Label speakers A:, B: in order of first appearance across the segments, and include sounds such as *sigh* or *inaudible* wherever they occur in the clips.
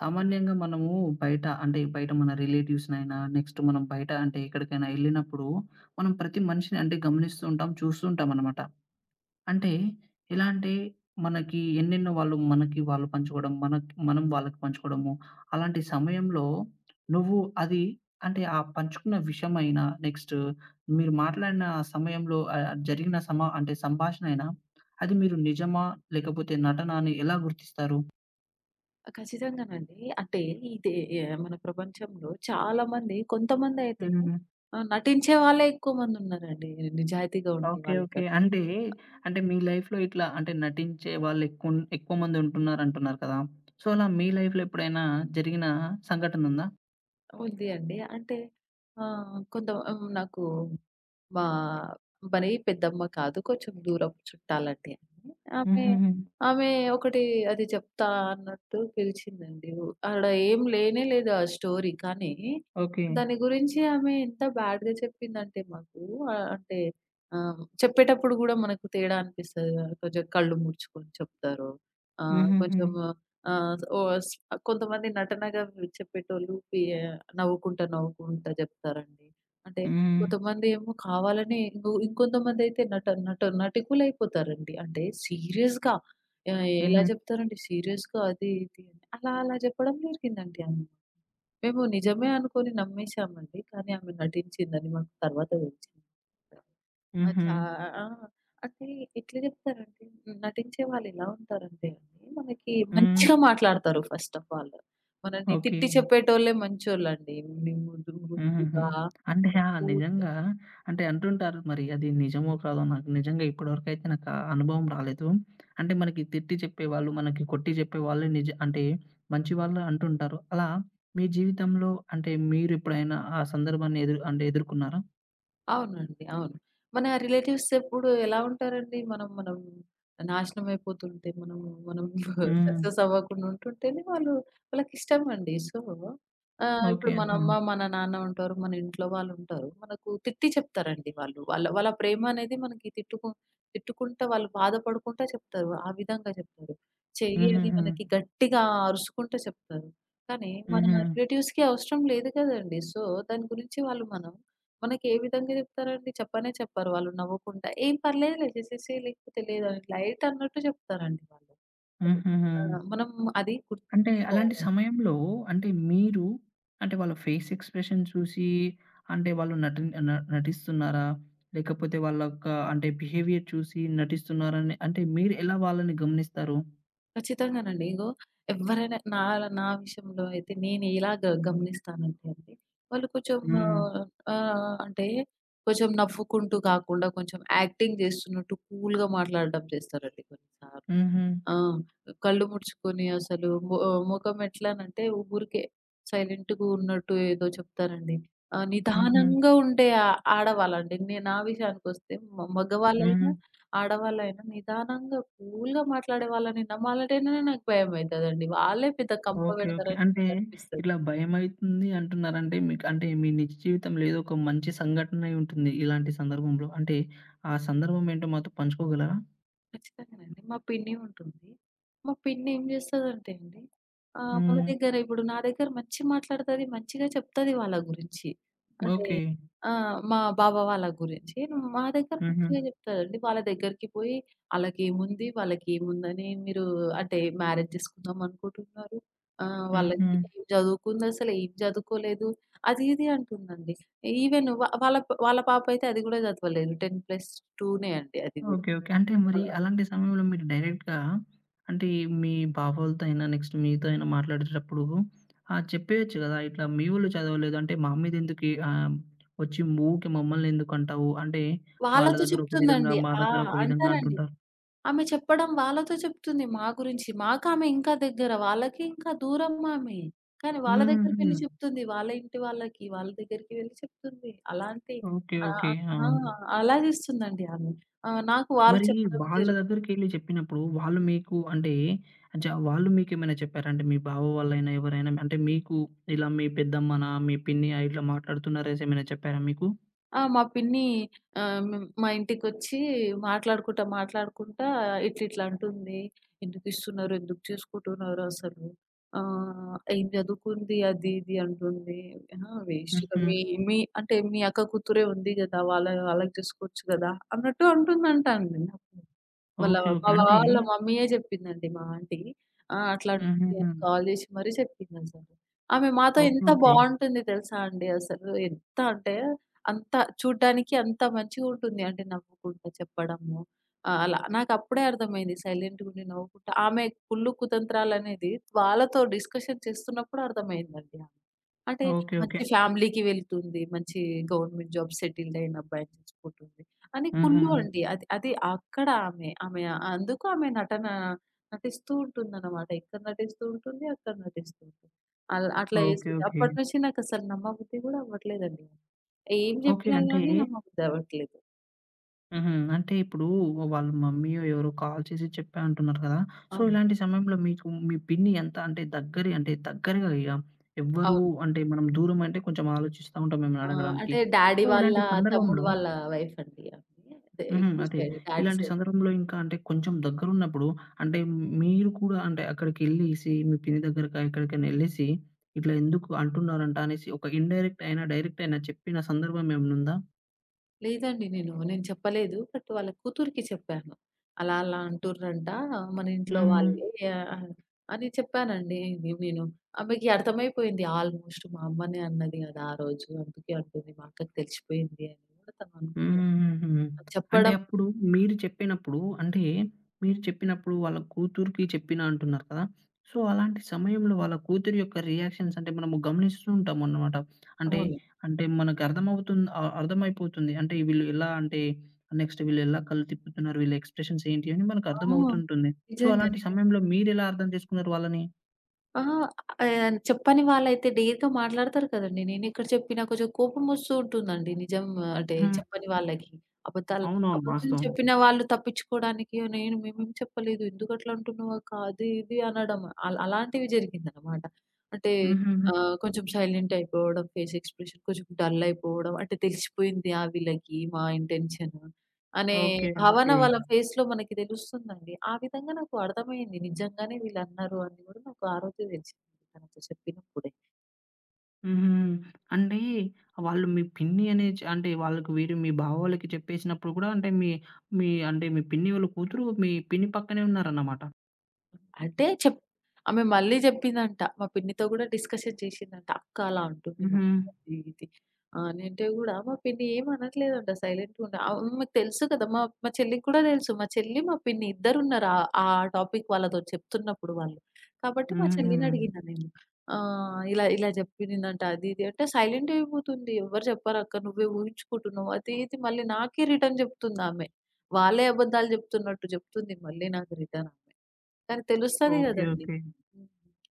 A: సామాన్యంగా మనము బయట మన రిలేటివ్స్‌నైనా, నెక్స్ట్ మనం బయట అంటే ఎక్కడికైనా ఎళ్ళినప్పుడు, మనం ప్రతి మనిషిని అంటే గమనిస్తూ ఉంటాం, చూస్తూ ఉంటామనమాట. అంటే ఎలా అంటే మనకి ఎన్నెన్నో వాళ్ళు పంచుకోవడం, మనకి మనం వాళ్ళకి పంచుకోవడము. అలాంటి సమయంలో నువ్వు అది అంటే ఆ పంచుకున్న విషయమైనా, నెక్స్ట్ మీరు మాట్లాడిన ఆ సమయంలో జరిగిన సమా అంటే సంభాషణ అయినా, అది మీరు నిజమా? లేకపోతే నటనా అని ఎలా గుర్తిస్తారు?
B: ఖచ్చితంగానండి. అంటే ఇదే మన ప్రపంచంలో చాలా మంది కొంతమందయితే నటించే వాళ్ళే ఎక్కువ మందున్నారండి, నిజాయితీగా ఉండే
A: ఓకే. ఓకే.
B: వాళ్ళకన్నా.
A: అంటే, అంటే మీ లైఫ్‌లో ఇట్లా అంటే నటించే వాళ్ళు ఎక్కువ ఎక్కువ మంది ఉంటున్నారు అంటున్నారు కదా! సో, అలా మీ లైఫ్‌లో ఎప్పుడైనా జరిగిన సంఘటన ఉందా?
B: ఉంది అండి. కొంత నాకు మా మరీ పెద్దమ్మ కాదు, కొంచెం దూరపు చుట్టాలండి. ఆమె, ఆమె
A: హుహుహు.
B: ఆమె ఒకటి అది చెప్తా అన్నట్టు పిలిచిందండి. ఆడ ఏం లేనే లేదు ఆ స్టోరీ. కానీ
A: ఓకే.
B: దాని గురించి ఆమె ఎంత బ్యాడ్‌గా చెప్పిందంటే మాకు ఆహ్, అంటే చెప్పేటప్పుడు గూడా మనకు తేడా అనిపిస్తది గదా! కొంచెం కళ్ళు ముడుచుకొని చెప్తారు. ఆహ్,
A: హుహుహు.
B: కొంచెం ఆహ్, ఓస్ కొంతమంది నటనగా చెప్పేటోళ్ళు పి నవ్వుకుంటా, నవ్వుకుంటా జెప్తారండి. అంటే
A: హ్మ్.
B: కొంతమంది ఏమో కావాలని ఇంకొంతమందయితే నట నట నటికులయిపోతారండి. అంటే సీరియస్‌గా ఎలా
A: హుహు.
B: జెప్తారండి సీరియస్‌గా అది ఇది అని. అలా అలా జెప్పడం జరిగిందండి ఆమె. మేము నిజమే అనుకోని నమ్మేశామండి. కానీ ఆమె నటించిందని మాకు తర్వాత దెలిసింది. ఆ!
A: హుహు.
B: చా ఆ! అంటే ఎట్లా చెప్తారంటే నటించే వాళ్ళెలా ఉంటారంటే అండి, మనకి
A: హ్మ్.
B: మంచిగా మాట్లాడతారు ఫస్ట్ ఆఫ్ ఆల్. మనల్ని
A: ఓకే.
B: తిట్టి చెప్పేటోళ్ళే మంచోళ్ళండి. మేము
A: హుహుహు.
B: మృదువుగా,
A: అంటే ఆ!
B: కూల్‌గా
A: నిజంగా అంటే అంటుంటారు మరి అది నిజమో కాదో నాకు నిజంగా ఇప్పటివరకైతే నాకు ఆ అనుభవం రాలేదు. అంటే మనకి తిట్టి చెప్పేవాళ్ళు, మనకి కొట్టి చెప్పేవాళ్ళు నిజ అంటే మంచివాళ్ళు అంటుంటారు. అలా మీ జీవితంలో అంటే మీరెప్పుడైనా ఆ సందర్భాన్ని ఎదురు అంటే ఎదుర్కున్నారా?
B: అవునండి, అవును. మన రిలేటివ్స్ ఎప్పుడు ఎలా ఉంటారండి? మనం మనం నాశనం అయిపోతుంటే, మనం మనం *laughs*
A: హ్మ్.
B: సక్సెస్ అవ్వకుండా ఉంటుంటేనే వాళ్ళు వాళ్ళకిష్టం అండి. So,
A: okay.
B: ఇప్పుడు మన
A: ఆహా!
B: అమ్మ, మన నాన్న ఉంటారు. మన ఇంట్లో వాళ్ళుంటారు. మనకు తిట్టి చెప్తారండి వాళ్ళు. వాళ్ళ వాళ్ళ ప్రేమ అనేది మనకి తిట్టుకుంటా వాళ్ళు బాధపడుకుంటా చెప్తారు. ఆ విధంగా చెప్తారు. చెయ్యి అని
A: హుహుహు.
B: మనకి గట్టిగా అరుసుకుంటా చెప్తారు. కానీ మన
A: హుహు.
B: రిలేటివ్స్‌కి అవసరం లేదు కదండీ. సో, దాని గురించి వాళ్ళు మనం మనకి ఏ విధంగా జెప్తారండి? చెప్పనే చెప్పరు. వాళ్ళు నవ్వకుండా, "ఏం పర్లేదులే చేసేసేయి లేకపోతే లేదని" లైట్ అన్నట్టు జెప్తారండి వాళ్ళు. అది.
A: హుహుహు.
B: ఆ! మనం అది
A: అంటే అలాంటి
B: గుర్తించుకోవాలండి.
A: సమయంలో అంటే మీరు అంటే వాళ్ళ ఫేస్ ఎక్స్‌ప్రెషన్ చూసి అంటే వాళ్ళు నటిస్తున్నారా? లేకపోతే వాళ్ళ యొక్క అంటే బిహేవియర్ చూసి నటిస్తున్నారని అంటే మీరు ఎలా వాళ్ళని గమనిస్తారు?
B: ఖచ్చితంగానండి. ఇగో ఎవ్వరైనా నా నా విషయంలో అయితే నేను ఎలా గమనిస్తానంటే అండి, వాళ్ళు కొంచెం
A: హ్మ్.
B: ఆహ్, ఆహ్, అంటే కొంచెం నవ్వుకుంటూ కాకుండా కొంచెం యాక్టింగ్ జేస్తున్నట్టు కూల్‌గా మాట్లాడడం చేస్తారండి కొన్నిసార్లు.
A: హుహు.
B: ఆ! కళ్ళు ముడుచుకొని అసలు మొఖం ఎట్లానంటే ఊరికే సైలెంట్‌గా ఉన్నట్టు ఏదో చెప్తారండి.
A: హుహు.
B: నిదానంగా ఉండే ఆ ఆడవాళ్ళండి. నేను నా విషయానికొస్తే
A: హుహు.
B: మగవాళ్ళైనా, ఆడవాళ్ళైనా నిదానంగా కూల్‌గా మాట్లాడే వాళ్ళని నమ్మాలంటేనే నాకు భయమైతదండి. వాళ్ళే పెద్ద కంప
A: ఓకే. ఓకే.
B: పెడతారని
A: అంటే
B: నాకనిపిస్తది.
A: ఇట్లా భయమైతుంది అంటున్నారంటే మీకు అంటే మీ నిజ జీవితంలో ఏదో ఒక మంచి సంఘటన అయి ఉంటుంది ఇలాంటి సందర్భంలో. అంటే ఆ సందర్భం ఏంటో మాతో పంచుకోగలరా?
B: ఖచ్చితంగానండి. మా పిన్ని ఉంటుంది. మా పిన్ని ఏం జేస్తదంటే అండి మన
A: హ్మ్.
B: దగ్గర ఇప్పుడు నా దగ్గర మంచి మాట్లాడతది. మంచిగా చెప్తది వాళ్ళ గురించి. అంటే
A: ఓకే.
B: ఆ! మా బావ వాళ్ళ గురించి మా దగ్గర
A: హుహు.
B: మంచిగా జెప్తదండి. వాళ్ళ దగ్గరికి పోయి ఆళ్ళకేముంది? వాళ్ళకేముందని మీరు అంటే మ్యారేజ్ చేసుకుందాం అనుకుంటున్నారు.
A: హుహు.
B: వాళ్ళకి ఏం చదువుకుందసలు? ఏం చదువుకోలేదు. అది ఇది అంటుందండి. ఈవెన్ వాళ్ళ వాళ్ళ పాప అయితే అది గూడా చదవలేదు. 10+2నే అండి అది గూడా.
A: ఓకే. ఓకే. అంటే మరి అలాంటి సమయంలో మీరు డైరెక్ట్‌గా అంటే మీ బావోళ్ళతో అయినా, నెక్స్ట్ మీతో అయినా మాట్లాడేటప్పుడు చెప్పేయొచ్చు గదా! ఇట్లా మీ వోళ్ళు చదవలేదు అంటే మా మీదెందుకు ఈ వచ్చి ఊకే మమ్మల్నెందుకంటావు? అంటే వాళ్ళ
B: వాళ్ళతో
A: దగ్గర ఒక విధంగా,
B: చెప్తుందండి.
A: మా
B: ఆ!
A: దగ్గర ఒక విధంగా
B: అంటారండి.
A: అంటుంటారు.
B: ఆమె చెప్పడం వాళ్ళతో చెప్తుంది మా గురించి. మాకామె ఇంకా దగ్గర. వాళ్ళకి ఇంకా దూరం ఆమె. కానీ వాళ్ళ దగ్గరికి
A: హుహు.
B: వెళ్లి చెప్తుంది. వాళ్ళ ఇంటి వాళ్ళకి, వాళ్ళ దగ్గరికి వెళ్లి చెప్తుంది. అలాంటి
A: ఓకే. ఓకే.
B: ఆహ్,
A: ఆ!
B: ఆ! అలా చేస్తుందండి ఆమె. నాకు వాళ్ళు
A: మరి
B: చెప్పడం
A: వాళ్ళ
B: జరిగింది.
A: దగ్గరికెళ్లి చెప్పినప్పుడు వాళ్ళు మీకు అంటే వాళ్ళు మీకేమైనా చెప్పారా? అంటే మీ బావ వాళ్ళైనా ఎవరైనా అంటే మీకు ఇలా మీ పెద్దమ్మనా, మీ పిన్నియా ఇట్లా మాట్లాడుతున్నారేసి ఏమైనా చెప్పారా మీకు?
B: ఆ! మా పిన్ని మా ఇంటికొచ్చి మాట్లాడుకుంటా, మాట్లాడుకుంటా ఇట్లిట్లా అంటుంది. ఎందుకిస్తున్నారు? ఎందుకు చేసుకుంటున్నారు అసలు? ఏం చదువుకుంది? అది ఇది అంటుంది. అహా! వేస్ట్‌గా
A: హుహు.
B: మీ మీ అంటే మీ అక్క కూతురే ఉంది గదా! వాళ్ళ వాళ్ళకి చేసుకోవచ్చు గదా! అన్నట్టు అంటుందంట అండి నాకు. వాళ్ళ
A: ఓకే.
B: మా
A: ఓకే. అంటే
B: వాళ్ళ మమ్మీయే జెప్పిందండి మా ఆంటీ. ఆ! అట్లా అంటుంది
A: హుహుహు.
B: అని కాల్ జేసి మరీ చెప్పిందసలు. ఆమె మాతో
A: ఓకే.
B: ఎంత
A: ఓకే.
B: బావుంటుంది తెలుసా అండి అసలు. ఎంత అంటే అంత చూడ్డానికి అంత మంచిగుంటుంది. అంటే నవ్వుకుంటా చెప్పడము. అలా నాకప్పుడే అర్థమైంది సైలెంట్‌గుండి నవ్వుకుంటా. ఆమె కుళ్ళు కుతంత్రాలనేది వాళ్ళతో డిస్కషన్ చేస్తున్నప్పుడు అర్థమైందండి ఆమె. అంటే
A: ఓకే. ఓకే.
B: మంచి ఫ్యామిలీకి వెళ్తుంది. మంచి గవర్నమెంట్ జాబ్ సెటిల్డ్ అయిన అబ్బాయిని చేసుకుంటుంది అని
A: ఆహా!
B: కుల్లు అండి. అది అది అక్కడ ఆమె. ఆమె అందుకు ఆమె నటన నటిస్తూ ఉంటుందనమాట. ఇక్కడ నటిస్తూ ఉంటుంది, అక్కడ నటిస్తూ ఉంటుంది. అట్లా
A: ఓకే.
B: ఏస్తుంది.
A: ఓకే.
B: అప్పటి నుంచి నాకసలు నమ్మబుద్ధి గూడా అవ్వట్లేదండి. ఏం
A: ఓకే.
B: జెప్పినా
A: అంటే
B: గానీ నమ్మబుద్ధి అవ్వట్లేదు.
A: హుహు. అంటే ఇప్పుడు వాళ్ళ మమ్మీయో ఎవరో కాల్ చేసి చెప్పా అంటున్నారు కదా! సో,
B: అవును,
A: ఇలాంటి సమయంలో మీకు మీ పిన్ని ఎంత అంటే దగ్గరి అంటే దగ్గరగా ఇగ ఎవ్వరు
B: అవును.
A: అంటే మనం దూరమంటే కొంచెం ఆలోచిస్తా ఉంటాం, ఏమైనా
B: ఆ!
A: అడగడానికి.
B: అంటే డ్యాడీ
A: సో,
B: వాళ్ళ
A: ఇలాంటి
B: తమ్ముడు
A: సందర్భంలో
B: వాళ్ళ వైఫ్ అండి ఆమె. అదే
A: హుహు.
B: ఇటు
A: అదే.
B: సైడ్ డ్యాడీ
A: ఇలాంటి
B: సైడ్.
A: సందర్భంలో ఇంకా అంటే కొంచెం దగ్గరున్నప్పుడు అంటే మీరు కూడా అంటే అక్కడికెళ్ళేసి మీ పిన్ని దగ్గరకా ఎక్కడికైనా ఎళ్ళేసి ఇట్లా ఎందుకు అంటున్నారంట అనేసి ఒక ఇండైరెక్ట్ అయినా, డైరెక్ట్ అయినా చెప్పిన సందర్భం ఏమన్నుందా?
B: లేదండి, నేను నేను చెప్పలేదు. బట్ వాళ్ళ కూతురికి చెప్పాను. అలా అలా అంటుర్రంట మన ఇంట్లో
A: హ్మ్.
B: వాళ్ళే అని చెప్పానండి. నేను నేను ఆమెకి అర్థమైపోయింది ఆల్మోస్ట్. మా అమ్మనే అన్నది కదా ఆ రోజు, అందుకే అంటుంది మా అక్కకి తెలిసిపోయింది అని కూడా తను అనుకున్నది.
A: హుహుహుహు. అంటే
B: చెప్పడం
A: అప్పుడు మీరు చెప్పినప్పుడు అంటే, మీరు చెప్పినప్పుడు వాళ్ళ కూతురికి చెప్పిన అంటున్నారు కదా! సో, అలాంటి సమయంలో వాళ్ళ కూతురి యొక్క రియాక్షన్స్ అంటే మనము గమనిస్తూ ఉంటామన్నమాట. అంటే,
B: అవును.
A: అంటే మనకర్థమవుతుంది అర్థమైపోతుంది. అంటే వీళ్ళు ఎలా అంటే నెక్స్ట్ వీళ్ళు ఎలా కళ్ళు తిప్పుతున్నారు, వీళ్ళ ఎక్స్‌ప్రెషన్స్ ఏంటి అని
B: ఆ!
A: మనకర్థమవుతుంటుంది. సో,
B: నిజంగా,
A: అలాంటి
B: నిజంగా.
A: సమయంలో మీరెలా అర్థం చేసుకున్నారు వాళ్ళని?
B: అహా! చెప్పని వాళ్ళైతే డేర్‌గా మాట్లాడతారు కదండీ. నేనెక్కడ చెప్పినా కొంచెం కోపమొస్తూ ఉంటుందండి. నిజం అంటే
A: హ్మ్.
B: చెప్పని వాళ్ళకి. అబద్ధాలు
A: అవునవును.
B: అబద్ధం
A: వాస్తవం.
B: చెప్పిన వాళ్ళు తప్పించుకోవడానికి నేను మేమేం చెప్పలేదు, ఎందుకట్లా అంటున్నావు అక్క అది ఇది అనడం, అలాంటివి జరిగిందనమాట. అంటే
A: హుహుహు.
B: కొంచెం సైలెంట్ అయిపోవడం, ఫేస్ ఎక్స్‌ప్రెషన్ కొంచెం డల్ అయిపోవడం, అంటే తెలిసిపోయింది ఆ వీళ్ళకి మా ఇంటెన్షన్ అనే
A: ఓకే.
B: భావన
A: ఓకే.
B: వాళ్ళ ఫేస్‌లో మనకి తెలుస్తుందండి. ఆ విధంగా నాకు అర్థమయింది. నిజంగానే వీళ్ళన్నారు అని కూడా నాకు ఆ రోజే తెలిసింది తనతో చెప్పినప్పుడే.
A: హుహు. అంటే వాళ్ళు మీ పిన్ని అనే అంటే వాళ్ళకి వీరు మీ బావ వాళ్ళకి చెప్పేసినప్పుడు కూడా అంటే మీ మీ అంటే మీ పిన్ని వాళ్ళ కూతురు మీ పిన్ని పక్కనే ఉన్నారన్నమాట.
B: అంటే చెప్ ఆమె మళ్ళీ జెప్పిందంట. మా పిన్నితో గూడా డిస్కషన్ చేసిందంట. "అక్క అలా అంటుంది
A: హుహు.
B: మమ్మీ" అది ఇది. అనంటే గూడా మా పిన్ని ఏమనట్లేదంట సైలెంట్‌గుండ. మీకు తెలుసు కదా! మా మా చెల్లికి కూడా తెలుసు. మా చెల్లి, మా పిన్ని ఇద్దరున్నారు ఆ టాపిక్ వాళ్ళతో చెప్తున్నప్పుడు వాళ్ళు. కాబట్టి మా
A: హుహుహు.
B: చెల్లినడిగినా నేను. ఇలా ఇలా జెప్పిందంట అది ఇది అంటే సైలెంట్ అయిపోతుంది. "ఎవ్వరు చెప్పరక్క, నువ్వే ఊహించుకుంటున్నావు" అది ఇది మళ్ళీ నాకే రిటర్న్ జెప్తుందామె. వాళ్ళే అబద్ధాలు జెప్తున్నట్టు జెప్తుంది మళ్ళీ నాకు రిటర్న్. దానికి తెలుస్తది
A: ఓకే.
B: గదండీ.
A: ఓకే.
B: హ్మ్.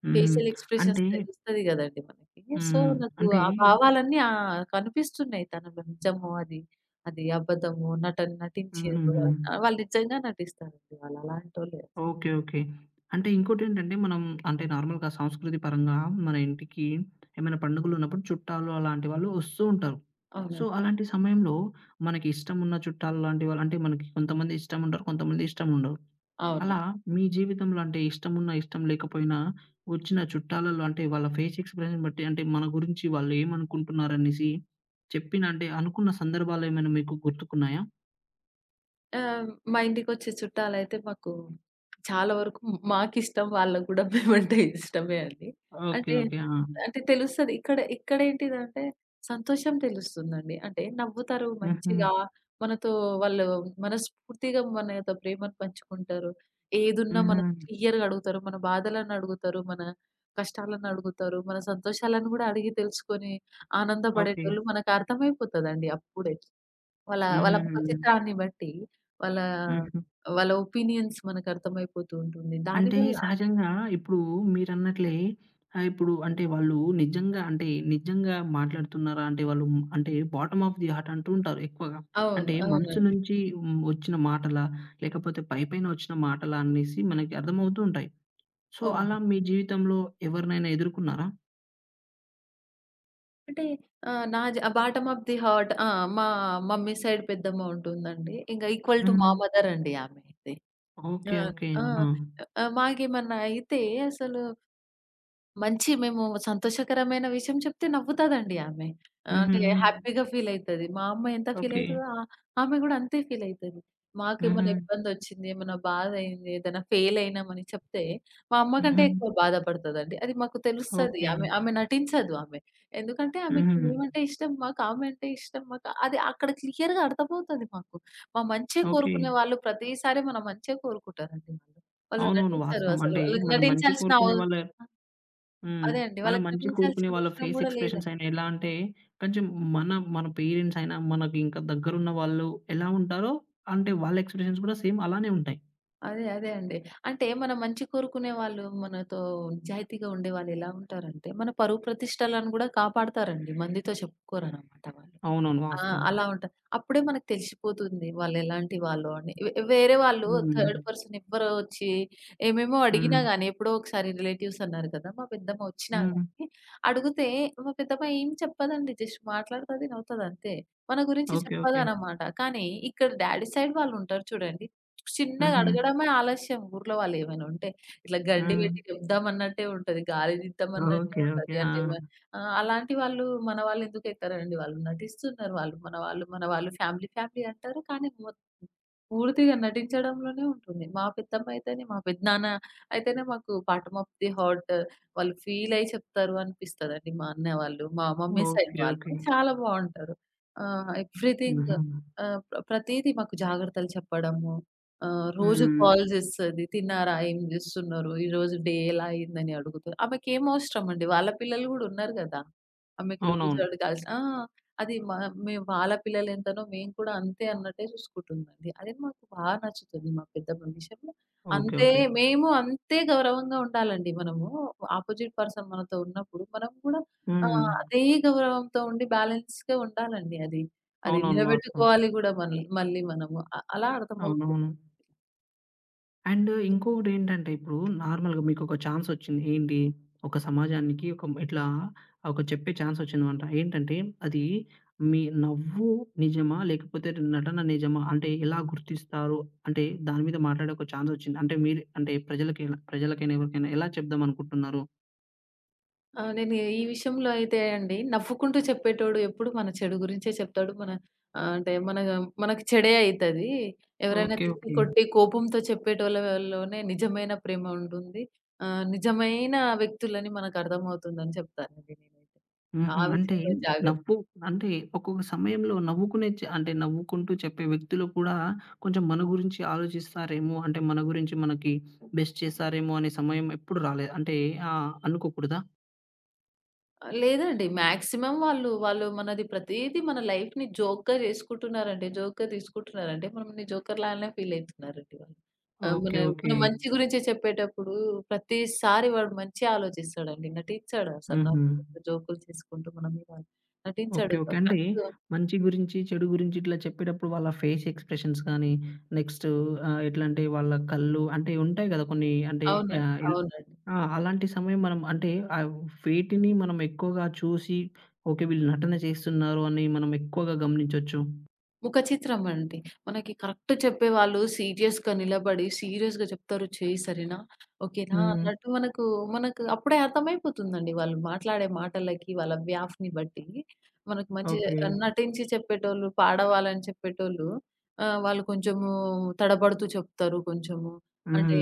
A: హుహు.
B: ఫేషియల్ ఎక్స్‌ప్రెషన్స్
A: అంటే
B: తెలుస్తది గదండీ మనకి. సో,
A: హ్మ్.
B: నాకు
A: అంటే
B: ఆ భావాలన్నీ కనిపిస్తున్నాయి తనలో నిజమో అది, అది అబద్ధమో, నటన నటించిర్రు
A: హుహుహు.
B: వాళ్ళు. వాళ్ళు నిజంగా నటిస్తారండి. వాళ్ళు అలాంటోళ్ళే.
A: ఓకే. ఓకే. అంటే ఇంకోటేంటంటే మనం అంటే నార్మల్‌గా సంస్కృతి పరంగా మన ఇంటికి ఏమైనా పండుగలున్నప్పుడు చుట్టాలు అలాంటి వాళ్ళు వస్తూ ఉంటారు. సో,
B: అవునండి,
A: అలాంటి సమయంలో మనకి ఇష్టమున్న చుట్టాలు లాంటి వాళ్ళు అంటే మనకి కొంతమంది ఇష్టముంటారు. కొంతమంది ఇష్టముండరు.
B: అవును.
A: అలా మీ జీవితంలో అంటే ఇష్టమున్నా, ఇష్టం లేకపోయినా వచ్చిన చుట్టాలలో అంటే వాళ్ళ ఫేస్ ఎక్స్‌ప్రెషన్ బట్టి అంటే మన గురించి వాళ్ళు ఏమనుకుంటున్నారనేసి చెప్పిన అంటే అనుకున్న సందర్భాలేమైనా మీకు గుర్తుకున్నాయా?
B: ఆహ్, మా ఇంటికొచ్చే చుట్టాలైతే మాకు చాలా వరకు మాకిష్టం, వాళ్ళకి గూడా మేమంటే ఇష్టమే అండి.
A: ఓకే.
B: అంటే,
A: ఓకే. ఆ!
B: అంటే తెలుస్తది. ఇక్కడేంటిదంటే సంతోషం తెలుస్తుందండి. అంటే నవ్వుతారు
A: హుహు.
B: మంచిగా మనతో. వాళ్ళు మనస్ఫూర్తిగా మనతో ప్రేమను పంచుకుంటారు. ఏదున్నా
A: హుహు.
B: మనతో క్లియర్‌గా అడుగుతారు. మన బాధలను అడుగుతారు. మన కష్టాలను అడుగుతారు. మన సంతోషాలను గూడా అడిగి తెలుసుకొని
A: ఓకే.
B: ఆనందపడేటోళ్ళు మనకు అర్థమైపోతదండి అప్పుడే. వాళ్ళ వాళ్ళ ముఖ
A: హుహుహు.
B: చిత్రాన్ని బట్టి, వాళ్ళ
A: హుహు.
B: వాళ్ళ ఒపీనియన్స్ మనకు అర్థమైపోతూ ఉంటుంది.
A: అంటే
B: దానివల్ల
A: సహజంగా ఇప్పుడు మీరన్నట్లే ఇప్పుడు అంటే వాళ్ళు నిజంగా అంటే నిజంగా మాట్లాడుతున్నారా? అంటే వాళ్ళు హ్మ్, అంటే బాటమ్ ఆఫ్ ది హార్ట్ అంటూ ఉంటారు ఎక్కువగా.
B: అవును,
A: అంటే మనసు
B: అవునండి,
A: నుంచి హ్మ్, వచ్చిన మాటలా? లేకపోతే పైపైన వచ్చిన మాటలా? అనేసి మనకి అర్థమవుతూ ఉంటాయి. సో,
B: అవును.
A: అలా మీ జీవితంలో ఎవరినైనా ఎదుర్కున్నారా?
B: అంటే ఆహ్, నా జ బాటమ్ ఆఫ్ ది హార్ట్ ఆ! మా మమ్మీ సైడ్ పెద్దమ్మ ఉంటుందండి. ఇంక ఈక్వల్ టు మా
A: హ్మ్.
B: మదర్ అండి ఆమె అయితే.
A: ఓకే.
B: ఆ!
A: ఓకే.
B: ఆ!
A: ఆహా!
B: ఆహ్, మాకేమన్నా అయితే అసలు మంచి మేము సంతోషకరమైన విషయం చెప్తే నవ్వుతాదండి ఆమె. ఆహ్, అంటే
A: హుహు.
B: హ్యాపీగా ఫీల్ అయితది. మా అమ్మ ఎంత ఫీల్
A: ఓకే.
B: అయితదో ఆమె గూడా అంతే ఫీల్ అయితది.
A: హుహు.
B: మాకేమైనా ఇబ్బందొచ్చింది, ఏమైనా బాధ అయింది, ఏదైనా ఫెయిల్ అయినామని చెప్తే, మా అమ్మ కంటే
A: హుహు.
B: ఎక్కువ బాధపడతదండి. అది మాకు తెలుస్తది.
A: ఓకే.
B: ఆమె ఆమె నటించదు ఆమె. ఎందుకంటే ఆమెకి
A: హుహు.
B: మేమంటే ఇష్టం, మాకు ఆమె అంటే ఇష్టం. మాకు అది అక్కడ క్లియర్‌గా అర్థమవుతది మాకు. మా మంచే
A: ఓకే.
B: కోరుకునే వాళ్ళు ప్రతిసారి మన మంచే కోరుకుంటారండి వాళ్ళు. వాళ్ళు
A: అవునవును.
B: నటించరు
A: వాస్తవం.
B: అసలు.
A: అంటే
B: వాళ్ళకి
A: మనం మంచి
B: నటించాల్సిన అవ
A: కోరుకునే వాళ్ళ హ్మ్.
B: అదే అండి,
A: మనం
B: వాళ్ళకి
A: మంచి కోరుకునే
B: నటించాల్సిన
A: వాళ్ళ
B: అవసరం
A: ఫేస్
B: గూడా లేదు.
A: ఎక్స్‌ప్రెషన్స్ అయినా ఎలా అంటే కొంచెం మన, మన పేరెంట్స్ అయినా మనకి ఇంకా దగ్గరున్న వాళ్ళు ఎలా ఉంటారో అంటే వాళ్ళ ఎక్స్‌ప్రెషన్స్ కూడా సేమ్ అలానే ఉంటాయి.
B: అదే అండి. అంటే మన మంచి కోరుకునే వాళ్ళు, మనతో నిజాయితీగా ఉండేవాళ్ళు ఎలా ఉంటారంటే, మన పరువు ప్రతిష్టలను గూడా కాపాడతారండి. మందితో చెప్పుకోరనమాట వాళ్ళు.
A: అవునవును.
B: ఆ!
A: వాస్తవం.
B: అలా ఉంటా. అప్పుడే మనకు తెలిసిపోతుంది వాళ్ళెలాంటి వాళ్ళు అని. వేరే వాళ్ళు
A: హ్మ్.
B: థర్డ్ పర్సన్ ఎవ్వరో వచ్చి ఏమేమో అడిగినా
A: హ్మ్.
B: గానీ, ఎప్పుడో ఒకసారి రిలేటివ్స్ అన్నారు కదా! మా పెద్దమ్మ వచ్చినా
A: హ్మ్.
B: గానీ, అడిగితే మా పెద్దమ్మ ఏం చెప్పదండి. జస్ట్ మాట్లాడుతది, నవ్వుతది, అంతే. మన గురించి
A: ఓకే. ఓకే.
B: చెప్పదనమాట. కానీ ఇక్కడ డ్యాడీ సైడ్ వాళ్ళుంటారు చూడండి. చిన్నగా
A: హుహు.
B: అడగడమే ఆలస్యం. ఊర్లో వాళ్ళేమైనా ఉంటే, ఇట్లా గండి
A: హ్మ్.
B: పెట్టి చెప్దామన్నట్టే ఉంటది. గాలి తీద్దామన్నట్టే
A: ఓకే. ఓకే.
B: ఉంటది. అంటే
A: ఆ!
B: ఆ! అలాంటి వాళ్ళు మన వాళ్ళెందుకు ఎక్కరండి. వాళ్ళు నటిస్తున్నారు వాళ్ళు. మన వాళ్ళు ఫ్యామిలీ ఫ్యామిలీ అంటారు. కానీ పూర్తిగా నటించడంలోనే ఉంటుంది. మా పెద్దమ్మ అయితేనే, మా పెద్దనాన్న అయితేనే మాకు 'బాటమ్ ఆఫ్ ది హార్ట్' వాళ్ళు ఫీల్ అయ్యి చెప్తారు అనిపిస్తదండి. మా అన్న వాళ్ళు, మా మమ్మీ సైడ్
A: ఓకే. ఓకే.
B: వాళ్ళు చాలా బావుంటారు. ఎవ్రీథింగ్
A: హుహు.
B: ఆహ్, ప్ర ప్రతీది మాకు జాగ్రత్తలు చెప్పడము, రోజు
A: హ్మ్.
B: కాల్ చేస్తది. తిన్నారా? ఏం చేస్తున్నారు? ఈరోజు డే ఎలా అయిందని అడుగుతారు. ఆమెకేం అవసరం అండి? వాళ్ళ పిల్లలు కూడా ఉన్నారు కదా! ఆమెకి రోజు
A: అవునవును.
B: అడగాల్సిన ఆ! అది మా మేము వాళ్ళ పిల్లలెంతనో మేము కూడా అంతే అన్నట్టే చూసుకుంటుందండి. అది మాకు నచ్చుతది మా పెద్దమ్మ విషయంలో.
A: ఓకే.
B: అంతే
A: ఓకే.
B: మేము అంతే గౌరవంగా ఉండాలండి మనము. ఆపోజిట్ పర్సన్ మనతో ఉన్నప్పుడు మనం కూడా
A: హ్మ్.
B: అదే గౌరవంతో ఉండి బ్యాలెన్స్‌గా ఉండాలండి అది. అది
A: అవునవును. వాస్తవం.
B: నిలబెట్టుకోవాలి గూడా మళ్ళీ మళ్ళీ మనము. అలా అర్థమవుతుంది.
A: అవునవును. అండ్ ఇంకొకటేంటంటే ఇప్పుడు నార్మల్‌గా మీకొక ఛాన్సొచ్చింది. ఏంటి? ఒక సమాజానికి ఒక ఇట్లా ఒక చెప్పే ఛాన్సొచ్చిందనమాట. ఏంటంటే అది మీ నవ్వు నిజమా? లేకపోతే నటన నిజమా? అంటే ఎలా గుర్తిస్తారు? అంటే దాని మీద మాట్లాడే ఒక ఛాన్సొచ్చింది. అంటే మీరు అంటే ప్రజలకెలా ప్రజలకైనా ఎవరికైనా ఎలా చెప్దామనుకుంటున్నారు?
B: ఆ! నేను ఈ విషయంలో అయితే అండి నవ్వుకుంటూ చెప్పేటోడు ఎప్పుడు మన చెడు గురించే చెప్తాడు. మన ఆహ్, అంటే మన మనకి చెడే అయితది. ఎవరైనా
A: ఓకే.
B: తిట్టి,
A: ఓకే.
B: కొట్టి, కోపంతో చెప్పేటోళ్ళలోనే నిజమైన ప్రేమ ఉంటుంది. నిజమైన వ్యక్తులని మనకు అర్థమవుతుందని చెప్తానండి నేనైతే. ఆ
A: హుహు. అంటే
B: విషయంలో జాగ్ర
A: నవ్వు అంటే ఒక్కొక్క సమయంలో నవ్వుకునే చ అంటే నవ్వుకుంటూ చెప్పే వ్యక్తులు కూడా కొంచెం మన గురించి ఆలోచిస్తారేమో, అంటే మన గురించి మనకి బెస్ట్ చేసారేమో అనే సమయం ఎప్పుడు రాలే అంటే అనుకోకూడదా?
B: లేదండి. మాక్సిమం వాళ్ళు, వాళ్ళు మనది ప్రతీది మన లైఫ్‌ని జోక్‌గా జేసుకుంటున్నారండి. జోక్‌గా తీసుకుంటున్నారంటే, మనల్ని జోకర్ లాగానే ఫీల్ అయితున్నారండి వాళ్ళు. ఆహ్, మన
A: ఓకే.
B: మన
A: ఓకే.
B: మంచి గురించి చెప్పేటప్పుడు ప్రతిసారి వాడు మంచే ఆలోచిస్తాడండి. నటించడు అసలు.
A: హుహు.
B: నవ్వుకుంటూ, జోకులు చేసుకుంటూ మన మీద నటించాడు.
A: ఓకే. ఓకే. అంటే
B: కరెక్ట్
A: మంచి గురించి, చెడు గురించి ఇట్లా చెప్పేటప్పుడు వాళ్ళ ఫేస్ ఎక్స్‌ప్రెషన్స్ గానీ, నెక్స్ట్ ఎట్లా అంటే వాళ్ళ కళ్ళు అంటే ఉంటాయి గదా! కొన్ని అంటే
B: అవునండి,
A: ఆహ్, ఎల్
B: అవునండి.
A: ఆ! అలాంటి సమయం మనం అంటే ఆహ్, వీటిని మనం ఎక్కువగా చూసి ఓకే. వీళ్ళు నటన చేస్తున్నారు అని మనం ఎక్కువగా గమనించొచ్చు.
B: ముఖ చిత్రం అండి. మనకి కరెక్ట్ చెప్పేవాళ్ళు సీరియస్‌గా నిలబడి, సీరియస్‌గా చెప్తారు "చెయ్యి సరేనా? ఓకేనా?"
A: హ్మ్.
B: అన్నట్టు. మనకు మనకు అప్పుడే అర్థమైపోతుందండి. వాళ్ళు మాట్లాడే మాటలకి, వాళ్ళ వ్యాఫ్‌ని బట్టి మనకు మంచి
A: ఓకే.
B: నటించి చెప్పేటోళ్ళు, పాడవాలని చెప్పేటోళ్ళు వాళ్ళు కొంచెము తడబడుతూ చెప్తారు. కొంచెము
A: హుహు.
B: అంటే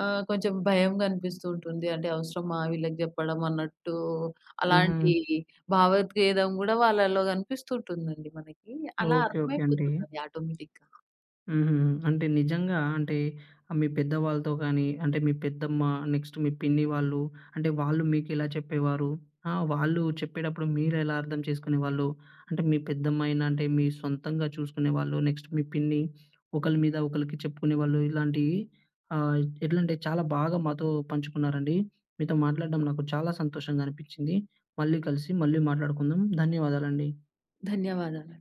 B: కొంచెం భయంగా అనిపిస్తూ ఉంటుంది. అంటే అవసరమా వీళ్ళకి చెప్పడం అన్నట్టు
A: హుహు.
B: అలాంటి భావోద్వేగం గూడా వాళ్ళలో గనిపిస్తుంటుందండి మనకి. అలా
A: ఓకే. ఓకే అండి.
B: అర్థమైపోతుందది ఆటోమేటిక్‌గా.
A: హుహు. అంటే నిజంగా అంటే మీ పెద్దవాళ్ళతో కానీ, అంటే మీ పెద్దమ్మ, నెక్స్ట్ మీ పిన్ని వాళ్ళు అంటే వాళ్ళు మీకెలా చెప్పేవారు? ఆ! వాళ్ళు చెప్పేటప్పుడు మీరెలా అర్థం చేసుకునేవాళ్ళు? అంటే మీ పెద్దమ్మాయిన అంటే మీ సొంతంగా చూసుకునేవాళ్ళు, నెక్స్ట్ మీ పిన్ని ఒకళ్ళ మీద ఒకళ్ళకి చెప్పుకునేవాళ్ళు ఇలాంటియి ఎట్లా అంటే చాలా బాగా మాతో పంచుకున్నారండి. మీతో మాట్లాడడం నాకు చాలా సంతోషంగా అనిపించింది. మళ్ళీ కలిసి మళ్ళీ మాట్లాడుకుందాం. ధన్యవాదాలండి.
B: ధన్యవాదాలు.